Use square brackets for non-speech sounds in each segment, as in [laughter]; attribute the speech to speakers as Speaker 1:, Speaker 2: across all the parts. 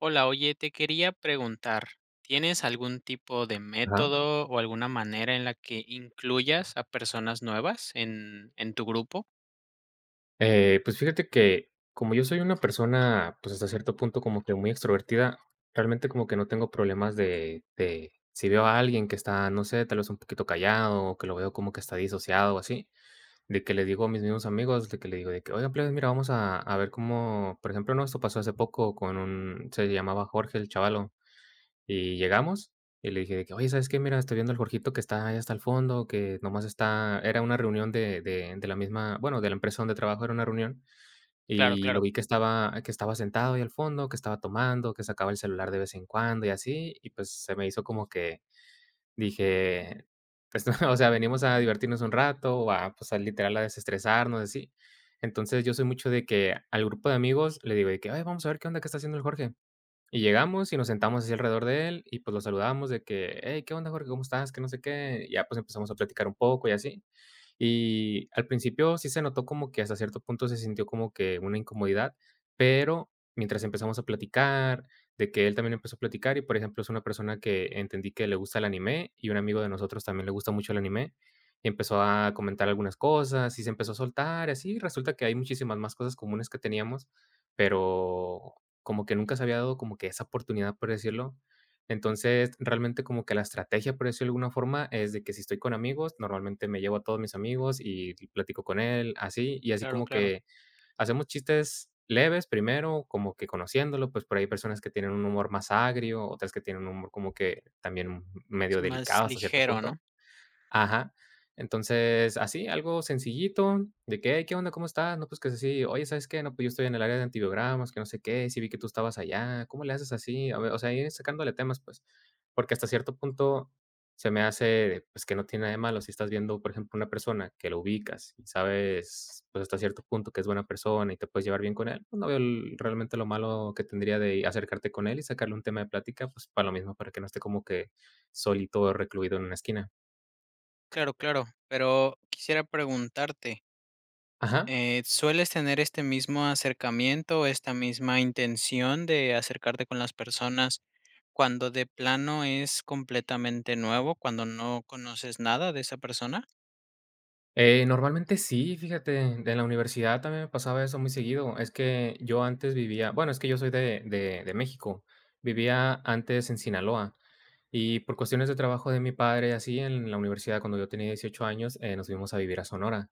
Speaker 1: Hola, oye, te quería preguntar, ¿tienes algún tipo de
Speaker 2: Ajá.
Speaker 1: método o alguna manera en la que incluyas a personas nuevas en tu grupo?
Speaker 2: Pues fíjate que como yo soy una persona, pues hasta cierto punto como que muy extrovertida, realmente como que no tengo problemas de si veo a alguien que está, no sé, tal vez un poquito callado o que lo veo como que está disociado o así, de que le digo a mis mismos amigos, de que le digo de que, oigan, plebes, mira, vamos a ver cómo, por ejemplo, no, esto pasó hace poco con un, se llamaba Jorge el chavalo. Y llegamos, y le dije de que: "Oye, ¿sabes qué? Mira, estoy viendo al Jorgito que está ahí hasta el fondo, que nomás está". Era una reunión de la misma, bueno, de la empresa donde trabajo, era una reunión,
Speaker 1: Claro,
Speaker 2: y lo
Speaker 1: claro,
Speaker 2: vi que estaba sentado ahí al fondo, que estaba tomando, que sacaba el celular de vez en cuando y así, y pues se me hizo como que dije, pues, [laughs] o sea, venimos a divertirnos un rato o a, pues, a literal a desestresarnos, así. Entonces, yo soy mucho de que al grupo de amigos le digo de que: "Ay, vamos a ver qué onda, qué está haciendo el Jorge". Y llegamos y nos sentamos así alrededor de él y, pues, lo saludamos de que: "Hey, ¿qué onda, Jorge? ¿Cómo estás?, que no sé qué". Y ya, pues, empezamos a platicar un poco y así. Y al principio sí se notó como que hasta cierto punto se sintió como que una incomodidad, pero mientras empezamos a platicar, de que él también empezó a platicar y, por ejemplo, es una persona que entendí que le gusta el anime y un amigo de nosotros también le gusta mucho el anime y empezó a comentar algunas cosas y se empezó a soltar, y así resulta que hay muchísimas más cosas comunes que teníamos, pero como que nunca se había dado como que esa oportunidad, por decirlo. Entonces, realmente como que la estrategia, por decirlo de alguna forma, es de que si estoy con amigos, normalmente me llevo a todos mis amigos y platico con él, así, y así
Speaker 1: claro,
Speaker 2: como
Speaker 1: claro.
Speaker 2: que hacemos chistes leves primero, como que conociéndolo, pues por ahí hay personas que tienen un humor más agrio, otras que tienen un humor como que también
Speaker 1: Sí,
Speaker 2: medio
Speaker 1: más
Speaker 2: delicado hasta cierto
Speaker 1: ligero,
Speaker 2: punto.
Speaker 1: ¿no?
Speaker 2: Ajá. Entonces, así, algo sencillito, de que: "Hey, ¿qué onda? ¿Cómo estás? No, pues que es así. Oye, ¿sabes qué? No, pues yo estoy en el área de antibiogramas, que no sé qué, sí vi que tú estabas allá, ¿cómo le haces así?". A ver, o sea, ir sacándole temas, pues, porque hasta cierto punto se me hace, pues, que no tiene nada de malo si estás viendo, por ejemplo, una persona que lo ubicas y sabes, pues, hasta cierto punto que es buena persona y te puedes llevar bien con él, pues, no veo el realmente lo malo que tendría de acercarte con él y sacarle un tema de plática, pues, para lo mismo, para que no esté como que solito, o recluido en una esquina.
Speaker 1: Claro, claro. Pero quisiera preguntarte,
Speaker 2: Ajá.
Speaker 1: ¿sueles tener este mismo acercamiento, esta misma intención de acercarte con las personas cuando de plano es completamente nuevo, cuando no conoces nada de esa persona?
Speaker 2: Normalmente sí, fíjate, en la universidad también me pasaba eso muy seguido. Es que yo antes vivía, bueno, es que yo soy de México, vivía antes en Sinaloa y por cuestiones de trabajo de mi padre, así en la universidad cuando yo tenía 18 años, nos fuimos a vivir a Sonora.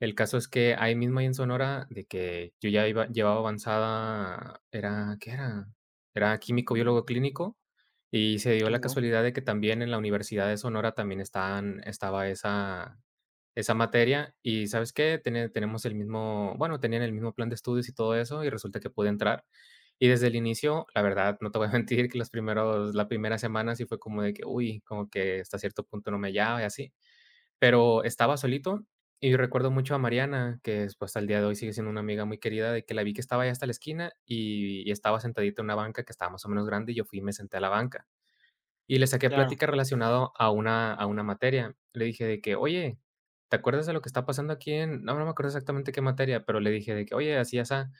Speaker 2: El caso es que ahí mismo ahí en Sonora, de que yo ya iba, llevaba avanzada, era, ¿qué era? Era químico, biólogo clínico. Y se dio
Speaker 1: Oh,
Speaker 2: la
Speaker 1: wow.
Speaker 2: casualidad de que también en la Universidad de Sonora también estaba esa materia y ¿sabes qué? Tenemos el mismo, bueno, tenían el mismo plan de estudios y todo eso y resulta que pude entrar. Y desde el inicio, la verdad, no te voy a [laughs] mentir que los primeros, la primera semana sí fue como de que, uy, como que hasta cierto punto no me hallaba y así. Pero estaba solito y recuerdo mucho a Mariana, que después al día de hoy sigue siendo una amiga muy querida, de que la vi que estaba allá hasta la esquina y estaba sentadita en una banca que estaba más o menos grande y yo fui y me senté a la banca. Y le saqué
Speaker 1: Claro,
Speaker 2: plática relacionado a una materia. Le dije de que: "Oye, ¿te acuerdas de lo que está pasando aquí en?". No, no me acuerdo exactamente qué materia, pero le dije de que: "Oye, así y asá".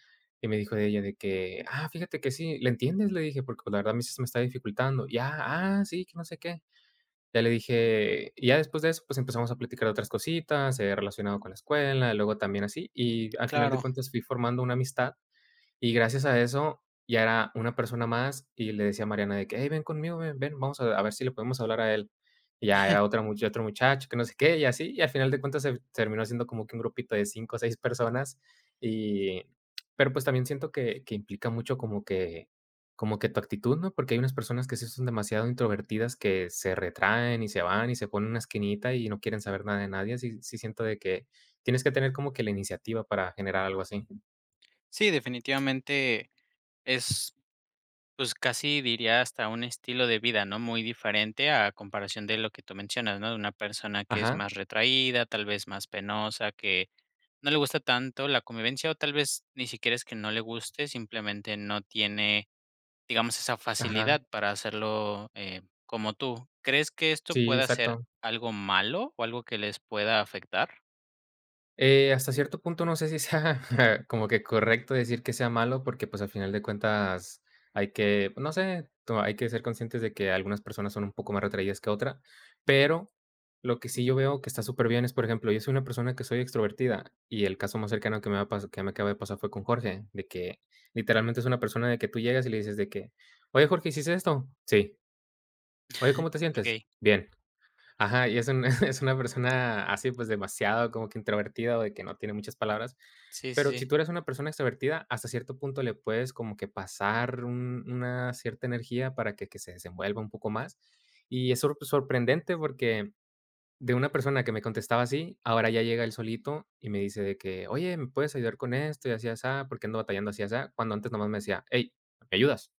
Speaker 2: Y me dijo de ella de que: "Ah, fíjate que sí, ¿le entiendes?", le dije, porque, pues, la verdad a mí sí se me está dificultando. "Ya, ah, ah, sí, que no sé qué". Ya le dije y ya después de eso, pues, empezamos a platicar de otras cositas, relacionado con la escuela, luego también así, y al final de
Speaker 1: claro.
Speaker 2: cuentas fui formando una amistad y gracias a eso, ya era una persona más y le decía a Mariana de que: "Hey, ven conmigo, ven, ven, vamos a ver si le podemos hablar a él". Y ya era otra mucha otro muchacho que no sé qué, y así, y al final de cuentas se terminó siendo como que un grupito de 5 o 6 personas, y pero, pues, también siento que implica mucho como que tu actitud, ¿no? Porque hay unas personas que sí son demasiado introvertidas, que se retraen y se van y se ponen en una esquinita y no quieren saber nada de nadie. Sí, sí siento de que tienes que tener como que la iniciativa para generar algo así.
Speaker 1: Sí, definitivamente es, pues casi diría hasta un estilo de vida, ¿no? Muy diferente a comparación de lo que tú mencionas, ¿no? De una persona que es
Speaker 2: Ajá,
Speaker 1: más retraída, tal vez más penosa, que no le gusta tanto la convivencia o tal vez ni siquiera es que no le guste, simplemente no tiene, digamos, esa
Speaker 2: ajá.
Speaker 1: facilidad para hacerlo como tú. ¿Crees que esto
Speaker 2: Sí,
Speaker 1: pueda ser
Speaker 2: exacto.
Speaker 1: algo malo o algo que les pueda afectar?
Speaker 2: Hasta cierto punto no sé si sea [laughs] como que correcto decir que sea malo, porque, pues, al final de cuentas hay que, no sé, to hay que ser conscientes de que algunas personas son un poco más retraídas que otra, pero lo que sí yo veo que está súper bien es, por ejemplo, yo soy una persona que soy extrovertida, y el caso más cercano que me acaba de pasar fue con Jorge, de que literalmente es una persona de que tú llegas y le dices de que: "Oye, Jorge, ¿hiciste esto?". "Sí". "Oye,
Speaker 1: [laughs]
Speaker 2: ¿cómo te sientes?".
Speaker 1: Ok,
Speaker 2: "Bien". Ajá, y es un [laughs] es una persona así, pues, demasiado como que introvertida, o de que no tiene muchas palabras.
Speaker 1: sí, sí,
Speaker 2: Pero si
Speaker 1: sí.
Speaker 2: tú eres una persona extrovertida, hasta cierto punto le puedes como que pasar un una cierta energía para que se desenvuelva un poco más. Y es sorprendente porque de una persona que me contestaba así, ahora ya llega él solito y me dice de que: "Oye, ¿me puedes ayudar con esto y así y ¿por qué ando batallando así?", y cuando antes nomás me decía: "Hey, ¿me ayudas?".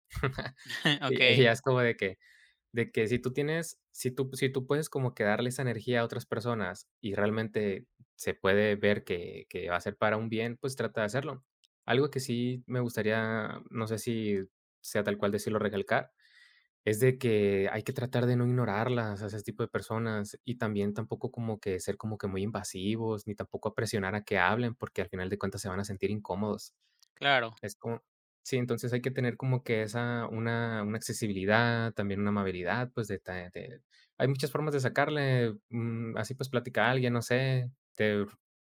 Speaker 1: [laughs]
Speaker 2: Y
Speaker 1: Ok,
Speaker 2: ya es como de que si tú tienes, si tú puedes como que darle esa energía a otras personas y realmente se puede ver que va a ser para un bien, pues trata de hacerlo. Algo que sí me gustaría, no sé si sea tal cual decirlo, recalcar, es de que hay que tratar de no ignorarlas a ese tipo de personas y también tampoco como que ser como que muy invasivos, ni tampoco a presionar a que hablen, porque al final de cuentas se van a sentir incómodos.
Speaker 1: claro.
Speaker 2: Es como sí, entonces hay que tener como que esa una accesibilidad, también una amabilidad, pues, de ta de hay muchas formas de sacarle, así, pues, platica a alguien, no sé, te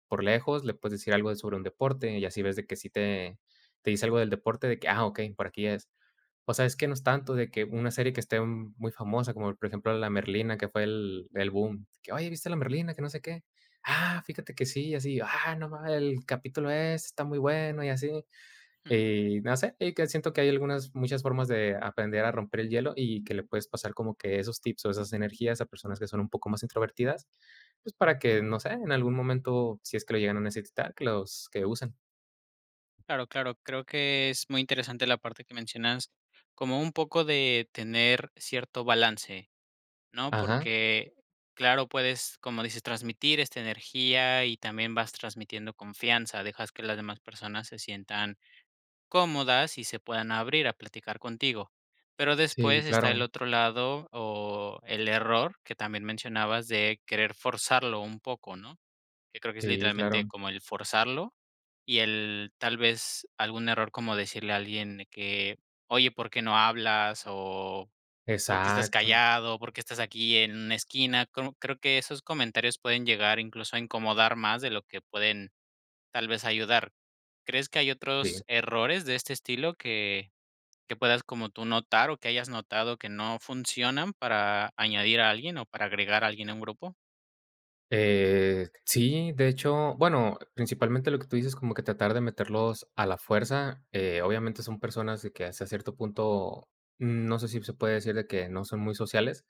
Speaker 2: por lejos le puedes decir algo sobre un deporte, y así ves de que sí te dice algo del deporte de que: "Ah, okey, por aquí es". O sea, es que no es tanto de que una serie que esté muy famosa, como por ejemplo, La Merlina, que fue el boom, que: "Oye, ¿viste La Merlina?", que no sé qué. "Ah, fíjate que sí", y así, "Ah, no ma el capítulo es, está muy bueno", y así.
Speaker 1: [laughs]
Speaker 2: Y no sé, que siento que hay algunas muchas formas de aprender a romper el hielo y que le puedes pasar como que esos tips o esas energías a personas que son un poco más introvertidas, pues para que, no sé, en algún momento, si es que lo llegan a necesitar, que los que usen.
Speaker 1: Claro, claro, creo que es muy interesante la parte que mencionas, como un poco de tener cierto balance, ¿no?
Speaker 2: Ajá,
Speaker 1: Porque, claro, puedes, como dices, transmitir esta energía y también vas transmitiendo confianza, dejas que las demás personas se sientan cómodas y se puedan abrir a platicar contigo. Pero
Speaker 2: sí,
Speaker 1: después está el
Speaker 2: claro,
Speaker 1: otro lado o el error que también mencionabas de querer forzarlo un poco, ¿no? Que creo que es
Speaker 2: sí,
Speaker 1: literalmente
Speaker 2: claro,
Speaker 1: como el forzarlo y el tal vez algún error como decirle a alguien de que: "Oye, ¿por qué no hablas?", o "¿Por qué estás
Speaker 2: exacto,
Speaker 1: callado? ¿Por qué estás aquí en una esquina?". Como creo que esos comentarios pueden llegar incluso a incomodar más de lo que pueden tal vez ayudar. ¿Crees que hay otros
Speaker 2: sí.
Speaker 1: errores de este estilo que puedas como tú notar o que hayas notado que no funcionan para añadir a alguien o para agregar a alguien a un grupo?
Speaker 2: Sí, de hecho, bueno, principalmente lo que tú dices, como que tratar de meterlos a la fuerza, obviamente son personas de que hasta cierto punto, no sé si se puede decir de que no son muy sociales,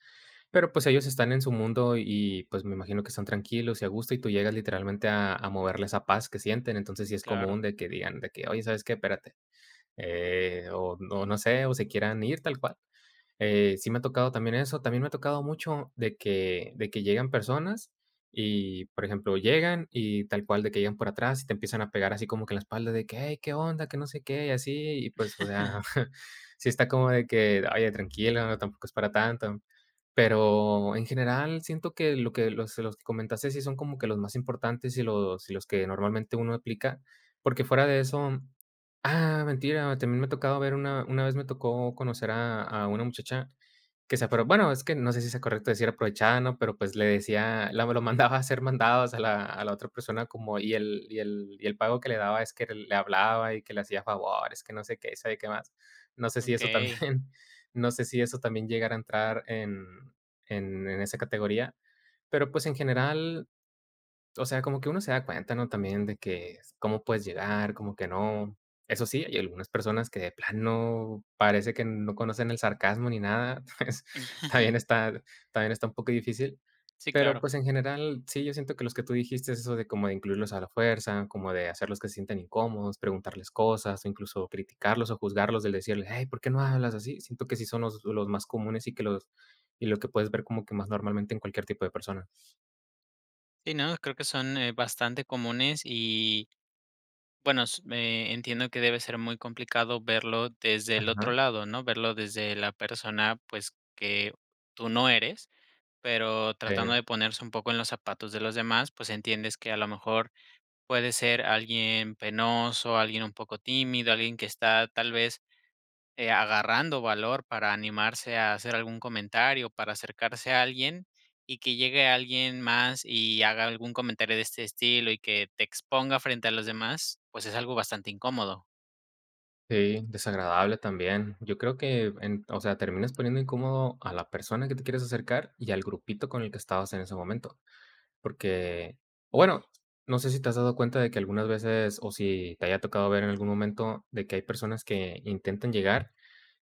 Speaker 2: pero pues ellos están en su mundo y pues me imagino que están tranquilos y a gusto y tú llegas literalmente a moverle esa paz que sienten, entonces sí es común
Speaker 1: Claro.
Speaker 2: de que digan de que, oye, ¿sabes qué? Espérate, o no sé, o se quieran ir tal cual. Sí me ha tocado también eso, también me ha tocado mucho de que llegan personas y, por ejemplo, llegan y tal cual de que llegan por atrás y te empiezan a pegar así como que en la espalda de que: "Hey, ¿qué onda?, que no sé qué", y así, y pues, o sea,
Speaker 1: [laughs]
Speaker 2: [laughs] sí está como de que: "Oye, tranquilo, no, tampoco es para tanto". Pero en general siento que lo que los que comentaste sí son como que los más importantes y los que normalmente uno aplica, porque fuera de eso. Ah, mentira, también me ha tocado ver una vez me tocó conocer a una muchacha que se apro, bueno, es que no sé si sea correcto decir aprovechada, ¿no? Pero, pues, le decía la lo mandaba a hacer mandados a la otra persona, como y el pago que le daba es que le hablaba y que le hacía favores, que no sé qué, sabe qué más. No sé si eso también
Speaker 1: Okey.
Speaker 2: [laughs] no sé si eso también llegara a entrar en esa categoría, pero, pues, en general, o sea, como que uno se da cuenta, ¿no? También de que cómo puedes llegar, cómo que no. Eso sí, hay algunas personas que de plano parece que no conocen el sarcasmo ni nada, [laughs] pues, también
Speaker 1: [laughs]
Speaker 2: está también está un poco difícil.
Speaker 1: Sí,
Speaker 2: Pero,
Speaker 1: claro.
Speaker 2: pues, en general, sí, yo siento que los que tú dijiste, eso de como de incluirlos a la fuerza, como de hacerlos que se sientan incómodos, preguntarles cosas, o incluso criticarlos o juzgarlos, del decirles: "Hey, ¿por qué no hablas así?". Siento que sí son los más comunes y que los lo que puedes ver como que más normalmente en cualquier tipo de persona.
Speaker 1: Sí, no, creo que son, bastante comunes y, bueno, s entiendo que debe ser muy complicado verlo desde el otro
Speaker 2: Ajá,
Speaker 1: lado, ¿no? Verlo desde la persona, pues, que tú no eres, pero tratando
Speaker 2: sí.
Speaker 1: de ponerse un poco en los zapatos de los demás, pues, entiendes que a lo mejor puede ser alguien penoso, alguien un poco tímido, alguien que está tal vez agarrando valor para animarse a hacer algún comentario, para acercarse a alguien y que llegue alguien más y haga algún comentario de este estilo y que te exponga frente a los demás, pues es algo bastante incómodo.
Speaker 2: Sí, desagradable también. Yo creo que, en, o sea, terminas poniendo incómodo a la persona que te quieres acercar y al grupito con el que estabas en ese momento. Porque, o bueno, no sé si te has dado cuenta de que algunas veces, o si te haya tocado ver en algún momento, de que hay personas que intentan llegar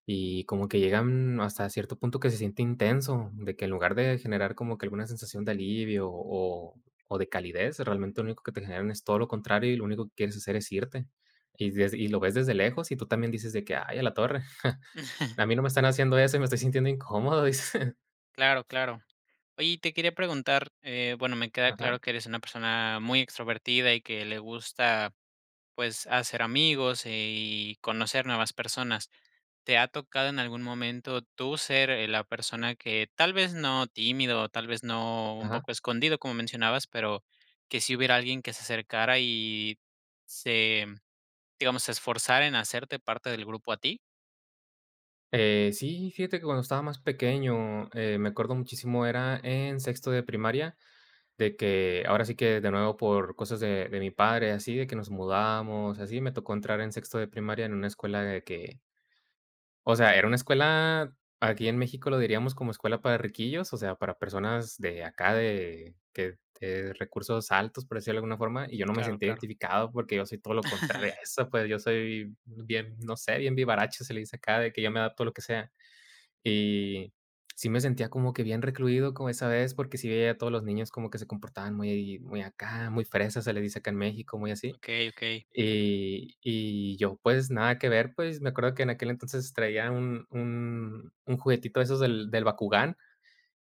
Speaker 2: y como que llegan hasta cierto punto que se siente intenso, de que en lugar de generar como que alguna sensación de alivio o de calidez, realmente lo único que te generan es todo lo contrario y lo único que quieres hacer es irte. Y lo ves desde lejos y tú también dices de que: "Ay, a la torre,
Speaker 1: [laughs]
Speaker 2: a mí no me están haciendo eso y me estoy sintiendo incómodo", [laughs] dices.
Speaker 1: Claro, claro. Oye, y te quería preguntar, bueno, me queda claro
Speaker 2: Ajá,
Speaker 1: que eres una persona muy extrovertida y que le gusta, pues, hacer amigos y conocer nuevas personas. ¿Te ha tocado en algún momento tú ser, la persona que tal vez no tímido, tal vez no un
Speaker 2: ajá.
Speaker 1: poco escondido, como mencionabas, pero que si hubiera alguien que se acercara y se, digamos, se esforzara en hacerte parte del grupo a ti?
Speaker 2: Sí, fíjate que cuando estaba más pequeño, me acuerdo muchísimo, era en sexto de primaria. De que ahora sí que de nuevo por cosas de mi padre, así de que nos mudamos, así, me tocó entrar en sexto de primaria en una escuela de que, o sea, era una escuela, aquí en México lo diríamos como escuela para riquillos, o sea, para personas de acá de que de recursos altos, por decirlo de alguna forma, y yo no me
Speaker 1: Claro,
Speaker 2: sentí
Speaker 1: claro.
Speaker 2: identificado porque yo soy todo lo contrario a
Speaker 1: [laughs]
Speaker 2: eso, pues, yo soy bien, no sé, bien vivaracho, se le dice acá, de que yo me adapto a lo que sea. Y sí me sentía como que bien recluido como esa vez, porque sí veía a todos los niños como que se comportaban muy muy acá, muy fresas, se les dice acá en México, muy así.
Speaker 1: Okey, okey.
Speaker 2: Y yo, pues, nada que ver, pues, me acuerdo que en aquel entonces traía un juguetito de esos del Bakugán,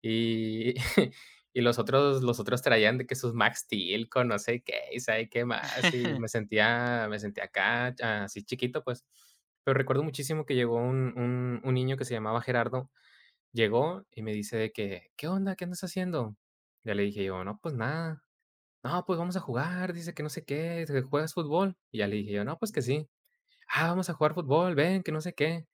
Speaker 2: y [laughs] y los otros traían de que sus Max Steel con no sé qué, y sabe qué más, y
Speaker 1: [laughs]
Speaker 2: me sentía acá, así chiquito, pues. Pero recuerdo muchísimo que llegó un niño que se llamaba Gerardo. Llegó y me dice de que: "¿Qué onda? ¿Qué andas haciendo?". Ya le dije yo: "No, pues nada". "No, pues vamos a jugar", dice que no sé qué, que "¿Juegas fútbol?". Y ya le dije yo: "No, pues que sí". "Ah, vamos a jugar fútbol, ven, que no sé qué".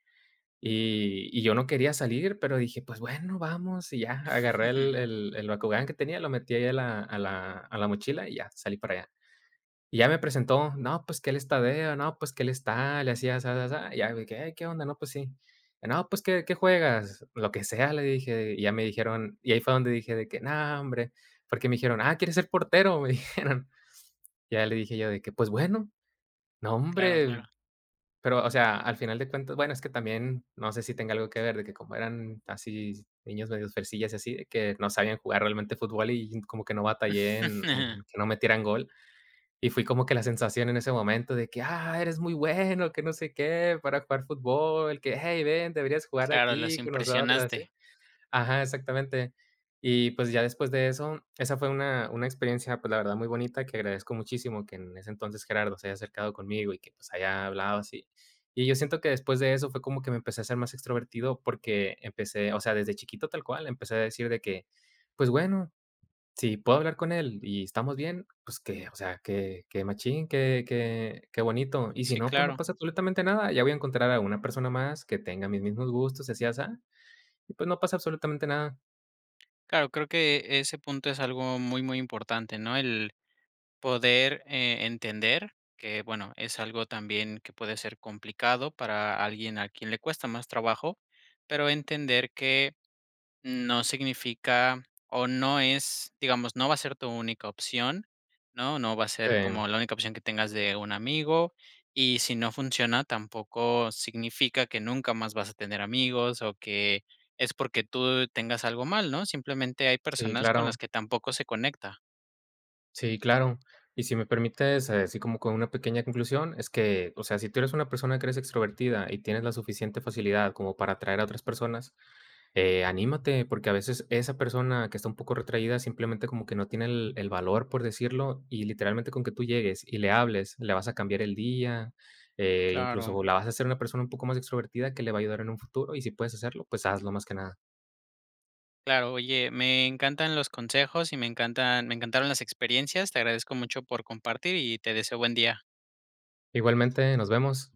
Speaker 2: Y yo no quería salir, pero dije: "Pues bueno, vamos". Y ya agarré el Bakugán que tenía, lo metí ahí a la mochila y ya salí para allá. Y ya me presentó, no, pues que él es Tadeo, no, pues que él está, le hacía asá, asá, asá. Y ya de que: "Hey, ¿qué onda? No, pues sí". "No, pues, ¿qué qué juegas?". "Lo que sea", le dije, y ya me dijeron y ahí fue donde dije de que: "No, hombre", porque me dijeron: "Ah, ¿quieres ser portero?", [laughs] me dijeron. Ya le dije yo de que: "Pues bueno". No,
Speaker 1: Claro,
Speaker 2: hombre,
Speaker 1: claro.
Speaker 2: pero, o sea, al final de cuentas, bueno, es que también no sé si tenga algo que ver de que como eran así niños medios fresillas y así, de que no sabían jugar realmente fútbol y como que no batallé en
Speaker 1: [laughs]
Speaker 2: que no metieran gol. Y fui como que la sensación en ese momento de que, ah, eres muy bueno, que no sé qué, para jugar fútbol, que, hey, ven, deberías jugar
Speaker 1: Claro, los
Speaker 2: aquí con nosotros, así.
Speaker 1: impresionaste.
Speaker 2: Ajá, exactamente. Y pues ya después de eso, esa fue una experiencia, pues la verdad, muy bonita, que agradezco muchísimo que en ese entonces Gerardo se haya acercado conmigo y que pues haya hablado así. Y yo siento que después de eso fue como que me empecé a ser más extrovertido porque empecé, o sea, desde chiquito tal cual, empecé a decir de que, pues bueno, si puedo hablar con él y estamos bien, pues que, o sea, que machín, que bonito. Y si
Speaker 1: Sí,
Speaker 2: no, pues no
Speaker 1: claro.
Speaker 2: pasa absolutamente nada. Ya voy a encontrar a una persona más que tenga mis mismos gustos, y así, y pues no pasa absolutamente nada.
Speaker 1: Claro, creo que ese punto es algo muy, muy importante, ¿no? El poder, entender que, bueno, es algo también que puede ser complicado para alguien a quien le cuesta más trabajo, pero entender que no significa o no es, digamos, no va a ser tu única opción, ¿no? No va a ser
Speaker 2: Em,
Speaker 1: como la única opción que tengas de un amigo, y si no funciona, tampoco significa que nunca más vas a tener amigos o que es porque tú tengas algo mal, ¿no? Simplemente hay
Speaker 2: sí,
Speaker 1: personas con las
Speaker 2: claro.
Speaker 1: que tampoco se conecta.
Speaker 2: Sí, claro. Y si me permites, así como con una pequeña conclusión, es que, o sea, si tú eres una persona que eres extrovertida y tienes la suficiente facilidad como para atraer a otras personas, anímate, porque a veces esa persona que está un poco retraída simplemente como que no tiene el valor, por decirlo, y literalmente con que tú llegues y le hables, le vas a cambiar el día,
Speaker 1: Claro.
Speaker 2: incluso la vas a hacer una persona un poco más extrovertida que le va a ayudar en un futuro, y si puedes hacerlo, pues hazlo más que nada.
Speaker 1: Claro, oye, me encantan los consejos y me encantaron las experiencias. Te agradezco mucho por compartir y te deseo buen día.
Speaker 2: Igualmente, nos vemos.